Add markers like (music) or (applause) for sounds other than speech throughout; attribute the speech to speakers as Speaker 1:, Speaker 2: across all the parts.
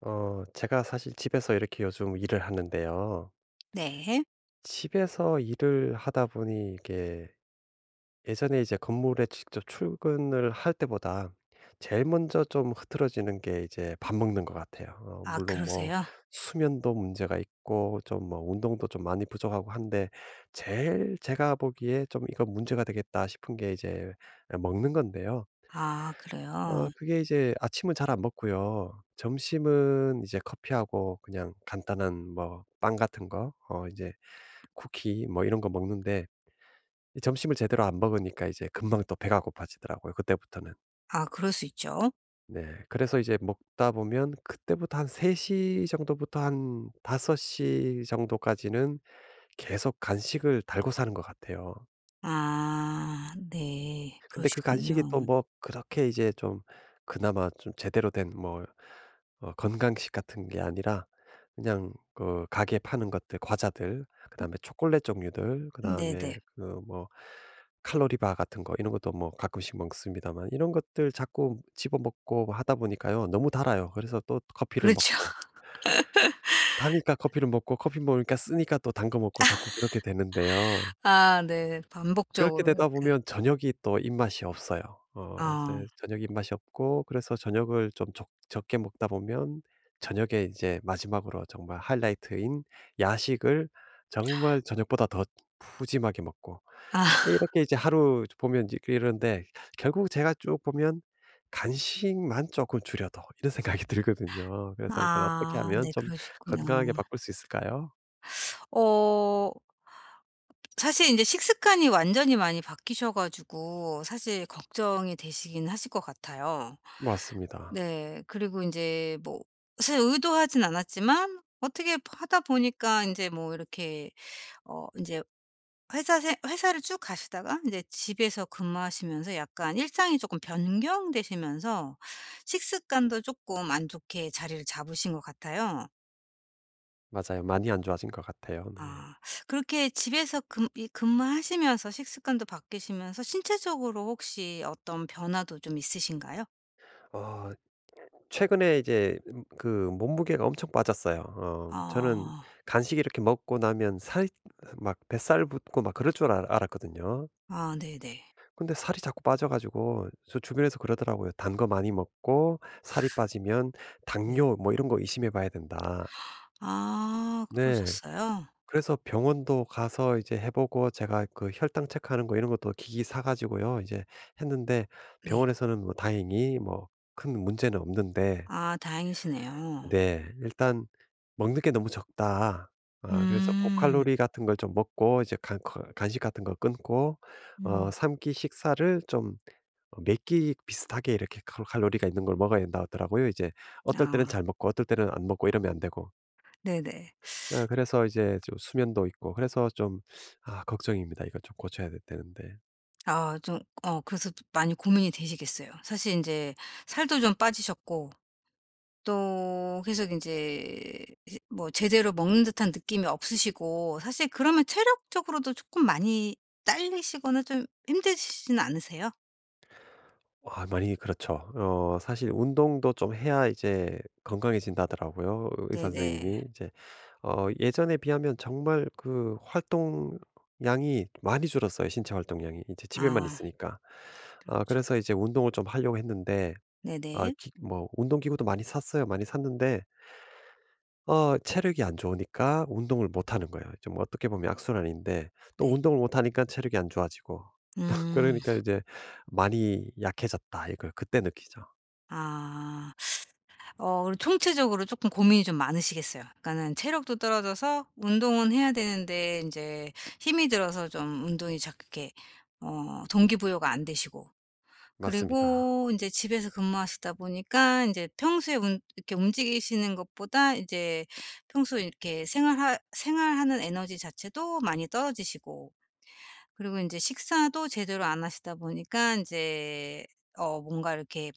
Speaker 1: 제가 사실 집에서 이렇게 요즘 일을 하는데요.
Speaker 2: 네.
Speaker 1: 집에서 일을 하다 보니 이게 예전에 이제 건물에 직접 출근을 할 때보다 제일 먼저 좀 흐트러지는 게 이제 밥 먹는 것 같아요.
Speaker 2: 아
Speaker 1: 물론 뭐
Speaker 2: 그러세요?
Speaker 1: 수면도 문제가 있고 좀 뭐 운동도 좀 많이 부족하고 한데 제일 제가 보기에 좀 '이거 문제가 되겠다.' 싶은 게 이제 예 먹는 건데요.
Speaker 2: 아 그래요?
Speaker 1: 그게 이제 아침은 잘 안 먹고요. 점심은 이제 커피하고 그냥 간단한 뭐 빵 같은 거 이제 쿠키 뭐 이런 거 먹는데 이 점심을 제대로 안 먹으니까 이제 금방 또 배가 고파지더라고요 그때부터는.
Speaker 2: 아 그럴 수 있죠.
Speaker 1: 네. 그래서 이제 먹다 보면 그때부터 한 3시 정도부터 한 5시 정도까지는 계속 간식을 달고 사는 것 같아요.
Speaker 2: 아 네.
Speaker 1: 근데 그 간식이 또
Speaker 2: 그러시군요.
Speaker 1: 뭐 그렇게 이제 좀 그나마 좀 제대로 된 뭐 건강식 같은 게 아니라 그냥 그 가게 파는 것들 과자들 그다음에 초콜릿 종류들 그다음에
Speaker 2: 네네.
Speaker 1: 그 뭐 칼로리바 같은 거 이런 것도 뭐 가끔씩 먹습니다만 이런 것들 자꾸 집어 먹고 하다 보니까요. 너무 달아요. 그래서 또 커피를
Speaker 2: 그렇죠.
Speaker 1: 먹고.
Speaker 2: (laughs)
Speaker 1: 하니까 커피를 먹고 커피 먹으니까 쓰니까 또 단 거 먹고 자꾸 그렇게 되는데요.
Speaker 2: 아 네.
Speaker 1: 그렇게
Speaker 2: 반복적으로
Speaker 1: 되다 보면 저녁이 또 입맛이 없어요. 어
Speaker 2: 아.
Speaker 1: 그래서 저녁 입맛이 없고 그래서 저녁을 좀 적 적게 먹다 보면 저녁에 이제 마지막으로 정말 하이라이트인 야식을 정말 저녁보다 더 푸짐하게 먹고
Speaker 2: 아. (laughs)
Speaker 1: 이렇게 이제 하루 보면 이제 이러는데 결국 제가 쭉 보면 '간식만 조금 줄여도.' 이런 (laughs) 생각이 들거든요. 그래서 이걸 어떻게
Speaker 2: 아
Speaker 1: 하면
Speaker 2: 네
Speaker 1: 좀
Speaker 2: 그러시구나.
Speaker 1: 건강하게 바꿀 수 있을까요?
Speaker 2: 어 사실 이제 식습관이 완전히 많이 바뀌셔 가지고 사실 걱정이 되시긴 하실 것 같아요.
Speaker 1: 맞습니다.
Speaker 2: 네. 그리고 이제 뭐 사실 의도하진 않았지만 어떻게 하다 보니까 이제 뭐 이렇게 어이제 회사를 쭉 가시다가 이제 집에서 근무하시면서 약간 일상이 조금 변경되시면서 식습관도 쪼끔 안 좋게 자리를 잡으신 것 같아요.
Speaker 1: 맞아요. 많이 안 좋아진 것 같아요. 네.
Speaker 2: 아 그렇게 집에서 근 이 근무하시면서 식습관도 바뀌시면서 신체적으로 혹시 어떤 변화도 좀 있으신가요?
Speaker 1: 어 최근에 이제 그 몸무게가 엄청 빠졌어요. 어 저는
Speaker 2: 아.
Speaker 1: 간식 이렇게 먹고 나면 살이 막 뱃살 붙고 막 그럴 줄 알 알았거든요.
Speaker 2: 아 네네.
Speaker 1: 근데 살이 자꾸 빠져 가지고 저 주변에서 그러더라고요. "단 거 많이 먹고 살이 빠지면
Speaker 2: 네.
Speaker 1: 당뇨 뭐 이런 거 의심해 봐야 된다."
Speaker 2: 아
Speaker 1: 네.
Speaker 2: 그러셨어요?
Speaker 1: 그래서 병원도 가서 이제 해 보고 제가 그 혈당 체크하는 거 이런 것도 기기 사 가지고요. 이제 했는데
Speaker 2: 네.
Speaker 1: 병원에서는 뭐 다행히 뭐 큰 문제는 없는데
Speaker 2: 아 다행이시네요.
Speaker 1: 네. 일단 먹는 게 너무 적다. 아 그래서
Speaker 2: 음.
Speaker 1: 고칼로리 같은 걸 좀 먹고 이제 간 거 간식 같은 거 끊고
Speaker 2: 음.
Speaker 1: 3 끼 식사를 좀 몇끼 비슷하게 이렇게 칼 칼로리가 있는 걸 먹어야 된다 하더라고요. 이제 어떨 때는
Speaker 2: 아
Speaker 1: 잘 먹고 어떨 때는 안 먹고 이러면 안 되고.
Speaker 2: 네네.
Speaker 1: 아, 그래서 이제 좀 수면도 있고 그래서 좀 아 걱정입니다. 이걸 좀 고쳐야 되 되는데.
Speaker 2: 아 좀 그래서 많이 고민이 되시겠어요. 사실 이제 살도 좀 빠지셨고 또 계속 이제 뭐 제대로 먹는 듯한 느낌이 없으시고 사실 그러면 체력적으로도 조금 많이 딸리시거나 좀 힘드시진 않으세요?
Speaker 1: 아 많이 그렇죠. 사실 운동도 좀 해야 이제 건강해진다더라고요. 의사
Speaker 2: 네네.
Speaker 1: 선생님이 이제 예전에 비하면 정말 그 활동량이 많이 줄었어요, 신체 활동량이. 이제 집에만
Speaker 2: 아
Speaker 1: 있으니까. 아
Speaker 2: 그렇죠.
Speaker 1: 그래서 이제 운동을 좀 하려고 했는데 아
Speaker 2: 네네.
Speaker 1: 기 뭐 운동 기구도 많이 샀어요. 많이 샀는데 체력이 안 좋으니까 운동을 못 하는 거예요. 좀 어떻게 보면 악순환인데 또
Speaker 2: 네.
Speaker 1: 운동을 못 하니까 체력이 안 좋아지고 (laughs)
Speaker 2: 음.
Speaker 1: 그러니까 이제 '많이 약해졌다.' 이걸 그때 느끼죠.
Speaker 2: 아. 그리고 총체적으로 조금 고민이 좀 많으시겠어요. 그러니까는 체력도 떨어져서 운동은 해야 되는데 이제 힘이 들어서 좀 운동이 자꾸 이렇게 동기부여가 안 되시고
Speaker 1: 맞습니다.
Speaker 2: 그리고 이제 집에서 근무하시다 보니까 이제 평소에 운 이렇게 움직이시는 것보다 이제 평소에 이렇게 생활하는 에너지 자체도 많이 떨어지시고 그리고 이제 식사도 제대로 안 하시다 보니까 이제 뭔가 이렇게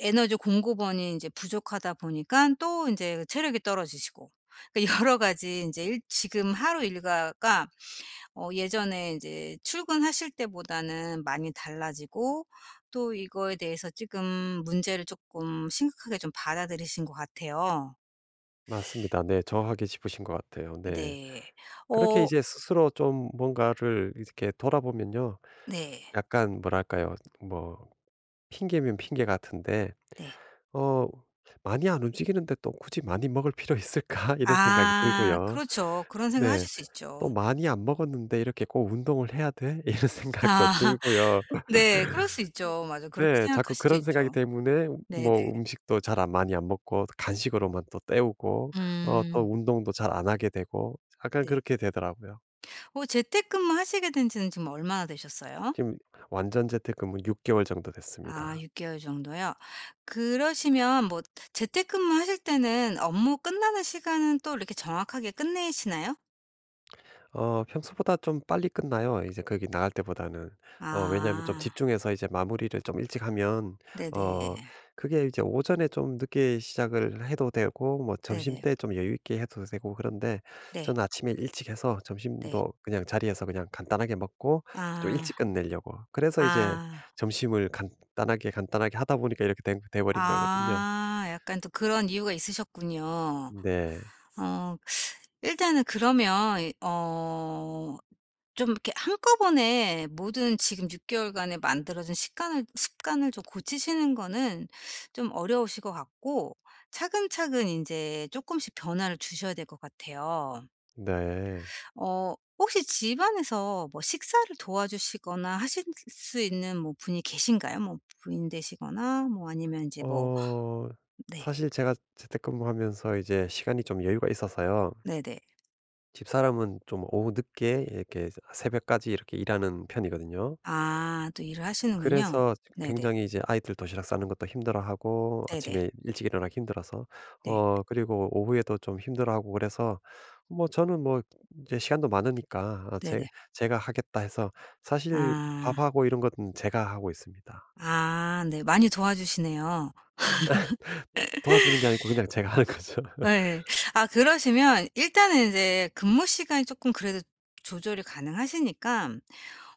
Speaker 2: 에너지 공급원이 이제 부족하다 보니까 또 인제 체력이 떨어지시고 그러니까 (laughs) 여러 가지 인제 일 지금 하루 일과가 예전에 인제 출근하실 때보다는 많이 달라지고 또 이거에 대해서 지금 문제를 쪼끔 심각하게 좀 받아들이신 것 같아요.
Speaker 1: 맞습니다. 네. 정확하게 짚으신 것 같아요. 네.
Speaker 2: 네.
Speaker 1: 그렇게
Speaker 2: 어
Speaker 1: 이제 스스로 좀 뭔가를 이렇게 돌아보면요.
Speaker 2: 네.
Speaker 1: 약간 뭐랄까요? 뭐 핑계면 핑계 같은데
Speaker 2: 네.
Speaker 1: 어 '많이 안 움직이는데 또 굳이 많이 먹을 필요 있을까?' (laughs) 이런 생각이
Speaker 2: 아
Speaker 1: 들고요.
Speaker 2: 그렇죠. 그런
Speaker 1: 네.
Speaker 2: 생각하실 수
Speaker 1: 또
Speaker 2: 있죠.
Speaker 1: '많이 안 먹었는데 이렇게 꼭 운동을 해야 돼?' (laughs) 이런 생각도
Speaker 2: 아 (laughs)
Speaker 1: 들고요.
Speaker 2: 네. 그럴 수 있죠. 맞아. 그렇게
Speaker 1: 네.
Speaker 2: 생각할
Speaker 1: 자꾸
Speaker 2: 수도
Speaker 1: 그런 생각이
Speaker 2: 있죠.
Speaker 1: 때문에 뭐
Speaker 2: 네네.
Speaker 1: 음식도 잘 안 많이 안 먹고 간식으로만 또 때우고
Speaker 2: 음.
Speaker 1: 또 운동도 잘 안 하게 되고 약간
Speaker 2: 네.
Speaker 1: 그렇게 되더라고요.
Speaker 2: 재택근무 하시게 된 지는 지금 얼마나 되셨어요?
Speaker 1: 지금 완전 재택근무 6 개월 정도
Speaker 2: 아
Speaker 1: 됐습니다.
Speaker 2: 6개월 개월 정도요? 그러시면 뭐 재택근무 하실 때는 업무 끝나는 시간은 또 이렇게 정확하게 끝내시나요?
Speaker 1: 평소보다 좀 빨리 끝나요. 이제 거기 나갈 때보다는. 왜냐하면 좀
Speaker 2: 아
Speaker 1: 집중해서 이제 마무리를 좀 일찍 하면
Speaker 2: 네네.
Speaker 1: 어 그게 이제 오전에 좀 늦게 시작을 해도 되고 뭐
Speaker 2: 네네.
Speaker 1: 점심때 좀 여유 있게 해도 되고 그런데
Speaker 2: 네.
Speaker 1: 저는 아침에 일찍 해서
Speaker 2: 네.
Speaker 1: 점심도 그냥 자리에서 그냥 간단하게 먹고 좀
Speaker 2: 아.
Speaker 1: 일찍 끝내려고. 그래서 이제
Speaker 2: 아.
Speaker 1: 점심을 간단하게, 간단하게 하다 보니까 이렇게 된 돼 버린 거거든요.
Speaker 2: 아 약간 또 그런 이유가 있으셨군요.
Speaker 1: 네.
Speaker 2: 어 일단은 그러면 좀 이렇게 한꺼번에 모든 지금 6개월간에 개월간에 만들어진 식관을 습관을 좀 고치시는 거는 좀 어려우실 것 같고 차근차근 인제 쪼끔씩 변화를 주셔야 될 것 같아요.
Speaker 1: 네.
Speaker 2: 혹시 집안에서 뭐 식사를 도와주시거나 하실 수 있는 뭐 분이 계신가요? 뭐 부인 되시거나 뭐 아니면 인제 뭐
Speaker 1: 어
Speaker 2: 네.
Speaker 1: 사실 제가 재택근무하면서 이제 시간이 좀 여유가 있어서요.
Speaker 2: 네네.
Speaker 1: 집사람은 좀 오후 늦게 이렇게 새벽까지 이렇게 일하는 편이거든요.
Speaker 2: 아 또 일을 하시는군요.
Speaker 1: 그래서
Speaker 2: 네네.
Speaker 1: 굉장히 이제 아이들 도시락 싸는 것도 힘들어하고
Speaker 2: 네네.
Speaker 1: 아침에 일찍 일어나기 힘들어서
Speaker 2: 네.
Speaker 1: 그리고 오후에도 좀 힘들어하고 그래서 뭐 저는 뭐 이제 시간도 많으니까 아 제
Speaker 2: 네네.
Speaker 1: 제가 하겠다 해서 사실
Speaker 2: 아.
Speaker 1: 밥하고 이런 것은 제가 하고 있습니다.
Speaker 2: 아 네. 많이 도와주시네요.
Speaker 1: 도와주는 게 아니고 그냥 제가 하는 거죠. (laughs)
Speaker 2: 네, 아 그러시면 일단은 이제 근무 시간이 조금 그래도 조절이 가능하시니까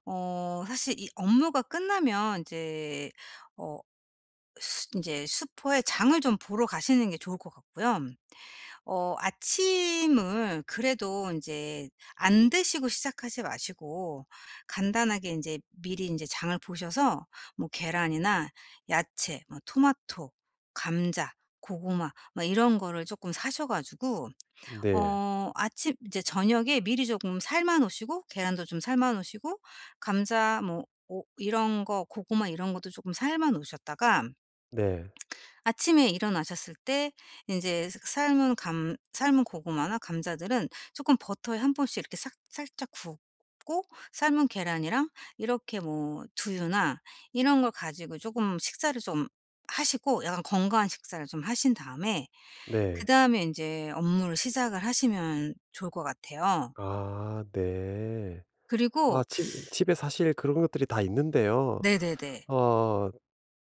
Speaker 2: 사실 이 업무가 끝나면 이제 어수제 슈퍼에 장을 좀 보러 가시는 게 좋을 것 같고요. 아침을 그래도 이제 안 드시고 시작하지 마시고 간단하게 이제 미리 이제 장을 보셔서 뭐 계란이나 야채, 뭐 토마토, 감자, 고구마 뭐 이런 거를 조금 사셔 가지고
Speaker 1: 네.
Speaker 2: 아침 이제 저녁에 미리 조금 삶아 놓으시고 계란도 좀 삶아 놓으시고 감자 뭐 오 이런 거 고구마 이런 것도 조금 삶아 놓으셨다가
Speaker 1: 네.
Speaker 2: 아침에 일어나셨을 때 이제 삶은 고구마나 감자들은 조금 버터에 한 번씩 이렇게 싹 살짝 굽고 삶은 계란이랑 이렇게 뭐 두유나 이런 걸 가지고 조금 식사를 좀 하시고 약간 건강한 식사를 좀 하신 다음에
Speaker 1: 네.
Speaker 2: 그다음에 인제 업무를 시작을 하시면 좋을 것 같아요.
Speaker 1: 아 네. 아
Speaker 2: 그리고
Speaker 1: 집 집에 사실 그런 것들이 다 있는데요.
Speaker 2: 네네네.
Speaker 1: 어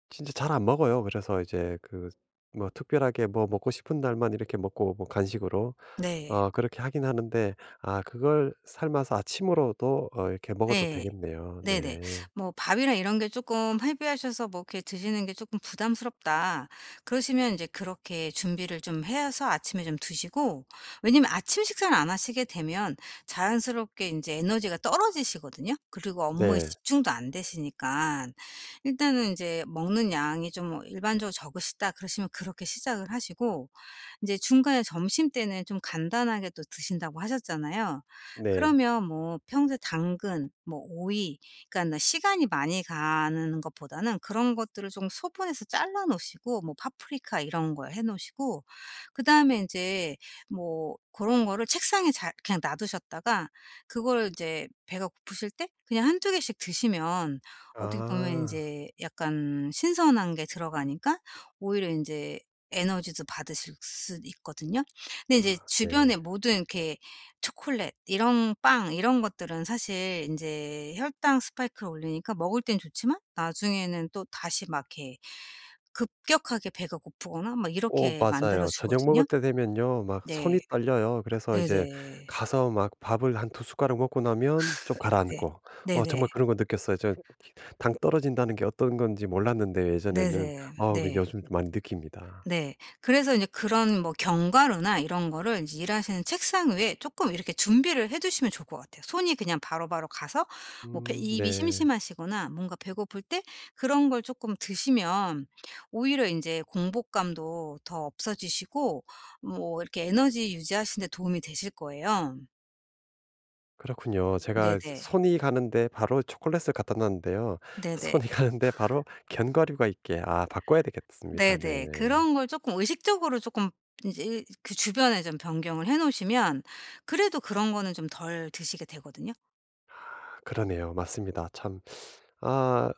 Speaker 1: 진짜 잘 안 먹어요. 그래서 이제 그 뭐 특별하게 뭐 먹고 싶은 날만 이렇게 먹고 뭐 간식으로
Speaker 2: 네.
Speaker 1: 그렇게 하긴 하는데 아 그걸 삶아서 아침으로도 이렇게 먹어도
Speaker 2: 예.
Speaker 1: 되겠네요.
Speaker 2: 네네.
Speaker 1: 네.
Speaker 2: 뭐 "밥이나 이런 게 조금 헤비하셔서 뭐 이렇게 드시는 게 조금 부담스럽다." 그러시면 이제 그렇게 준비를 좀 해서 아침에 좀 드시고 왜냐면 아침 식사를 안 하시게 되면 자연스럽게 이제 에너지가 떨어지시거든요. 그리고 업무에
Speaker 1: 네.
Speaker 2: 집중도 안 되시니까 일단은 이제 "먹는 양이 좀 뭐 일반적으로 적으시다." 그러시면 그렇게 시작을 하시고 이제 중간에 점심때는 좀 간단하게 또 드신다고 하셨잖아요.
Speaker 1: 네.
Speaker 2: 그러면 뭐 평소에 당근, 뭐 오이 그러니까 시간이 많이 가는 것보다는 그런 것들을 좀 소분해서 잘라 놓으시고 뭐 파프리카 이런 걸 해 놓으시고 그다음에 인제 뭐 고런 거를 책상에 잘 그냥 놔두셨다가 그걸 이제 배가 고프실 때 그냥 한두 개씩 드시면 어떻게 보면
Speaker 1: 아
Speaker 2: 인제 약간 신선한 게 들어가니까 오히려 인제 에너지도 받으실 수 있거든요. 근데 인제
Speaker 1: 네.
Speaker 2: 주변에 모든 이렇게 초콜릿 이런 빵 이런 것들은 사실 인제 혈당 스파이크를 올리니까 먹을 땐 좋지만 나중에는 또 다시 막 이렇게 급격하게 배가 고프거나 막
Speaker 1: 오
Speaker 2: 이렇게 만들어
Speaker 1: 맞아요. 저녁 먹을
Speaker 2: 주거든요.
Speaker 1: 때 되면요 막
Speaker 2: 네.
Speaker 1: 손이 떨려요. 그래서 이제
Speaker 2: 네네.
Speaker 1: 가서 막 밥을 한 두 숟가락 먹고 나면 좀
Speaker 2: 네.
Speaker 1: 가라앉고
Speaker 2: 네네.
Speaker 1: 정말 그런 거 느꼈어요. 저 당 떨어진다는 게 어떤 건지 몰랐는데 예전에는
Speaker 2: 네네.
Speaker 1: 그
Speaker 2: 네.
Speaker 1: 요즘 많이 느낍니다.
Speaker 2: 네. 그래서 이제 그런 뭐 견과류나 이런 거를 제 일하시는 책상 위에 조금 이렇게 준비를 해 두시면 좋을 것 같아요. 손이 그냥 바로바로 가서 뭐 배 입이
Speaker 1: 네.
Speaker 2: 심심하시거나 뭔가 배고플 때 그런 걸 쪼끔 드시면 오히려 인제 공복감도 더 없어지시고 뭐 이렇게 에너지 유지하시는 데 도움이 되실 거예요.
Speaker 1: 그렇군요. 제가
Speaker 2: 네네.
Speaker 1: 손이 가는데 바로 초콜릿을 갖다 놨는데요.
Speaker 2: 네네.
Speaker 1: 손이 (laughs) 가는데 바로 견과류가 있게 아 바꿔야 되겠습니다. 네.
Speaker 2: 네네. 그런 걸 쪼끔 의식적으로 쪼끔 인제 그 주변에 좀 변경을 해 놓으시면 그래도 그런 거는 좀 덜 드시게 되거든요.
Speaker 1: 그러네요. 맞습니다. 참 아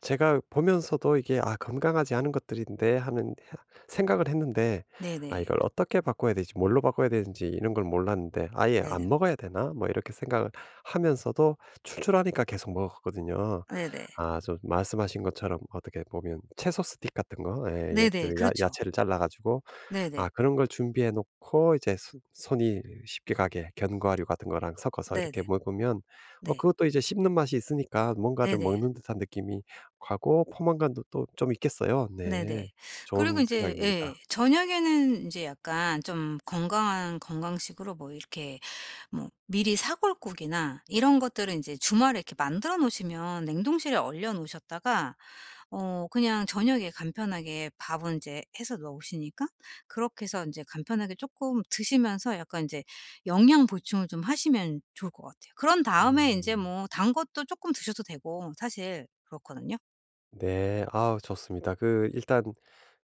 Speaker 1: 제가 보면서도 이게 '아 건강하지 않은 것들인데.' 하는 생각을 했는데 아
Speaker 2: 네네.
Speaker 1: 이걸 어떻게 바꿔야 되지 뭘로 바꿔야 되는지 이런 걸 몰랐는데 '아예
Speaker 2: 네네.
Speaker 1: 안 먹어야 되나?' 뭐 이렇게 생각을 하면서도 출출하니까 계속 먹었거든요.
Speaker 2: 네네.
Speaker 1: 아 좀 말씀하신 것처럼 어떻게 보면 채소 스틱 같은 거 예 예 그
Speaker 2: 네네.
Speaker 1: 야
Speaker 2: 그렇죠.
Speaker 1: 야채를 잘라 가지고
Speaker 2: 네네.
Speaker 1: 아 그런 걸 준비해 놓고 이제 손 손이 쉽게 가게 견과류 같은 거랑 섞어서 이렇게
Speaker 2: 네네.
Speaker 1: 먹으면
Speaker 2: 네.
Speaker 1: 그것도 이제 씹는 맛이 있으니까 뭔가를
Speaker 2: 네네.
Speaker 1: 먹는 듯한 느낌이 가고 포만감도 또 좀 있겠어요. 네.
Speaker 2: 네네. 그리고
Speaker 1: 좋은
Speaker 2: 인제 예
Speaker 1: 생각입니다.
Speaker 2: 저녁에는 인제 약간 좀 건강한 건강식으로 뭐 이렇게 뭐 미리 사골국이나 이런 것들은 이제 주말에 이렇게 만들어 놓으시면 냉동실에 얼려 놓으셨다가 그냥 저녁에 간편하게 밥은 인제 해서 넣으시니까 그렇게 해서 인제 간편하게 쪼끔 드시면서 약간 인제 영양 보충을 좀 하시면 좋을 것 같아요. 그런 다음에 인제
Speaker 1: 음.
Speaker 2: 뭐 단 것도 쪼끔 드셔도 되고 사실 그렇거든요.
Speaker 1: 네. 아우 좋습니다. 그 일단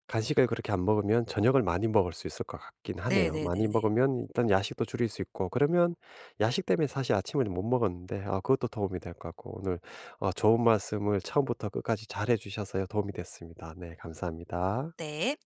Speaker 1: 간식을 그렇게 안 먹으면 저녁을 많이 먹을 수 있을 것 같긴 하네요. 많이
Speaker 2: 네네네네.
Speaker 1: 먹으면 일단 야식도 줄일 수 있고 그러면 야식 때문에 사실 아침을 못 먹었는데 아 그것도 도움이 될 것 같고 오늘 좋은 말씀을 처음부터 끝까지 잘해 주셔서요 도움이 됐습니다. 네, 감사합니다.
Speaker 2: 네.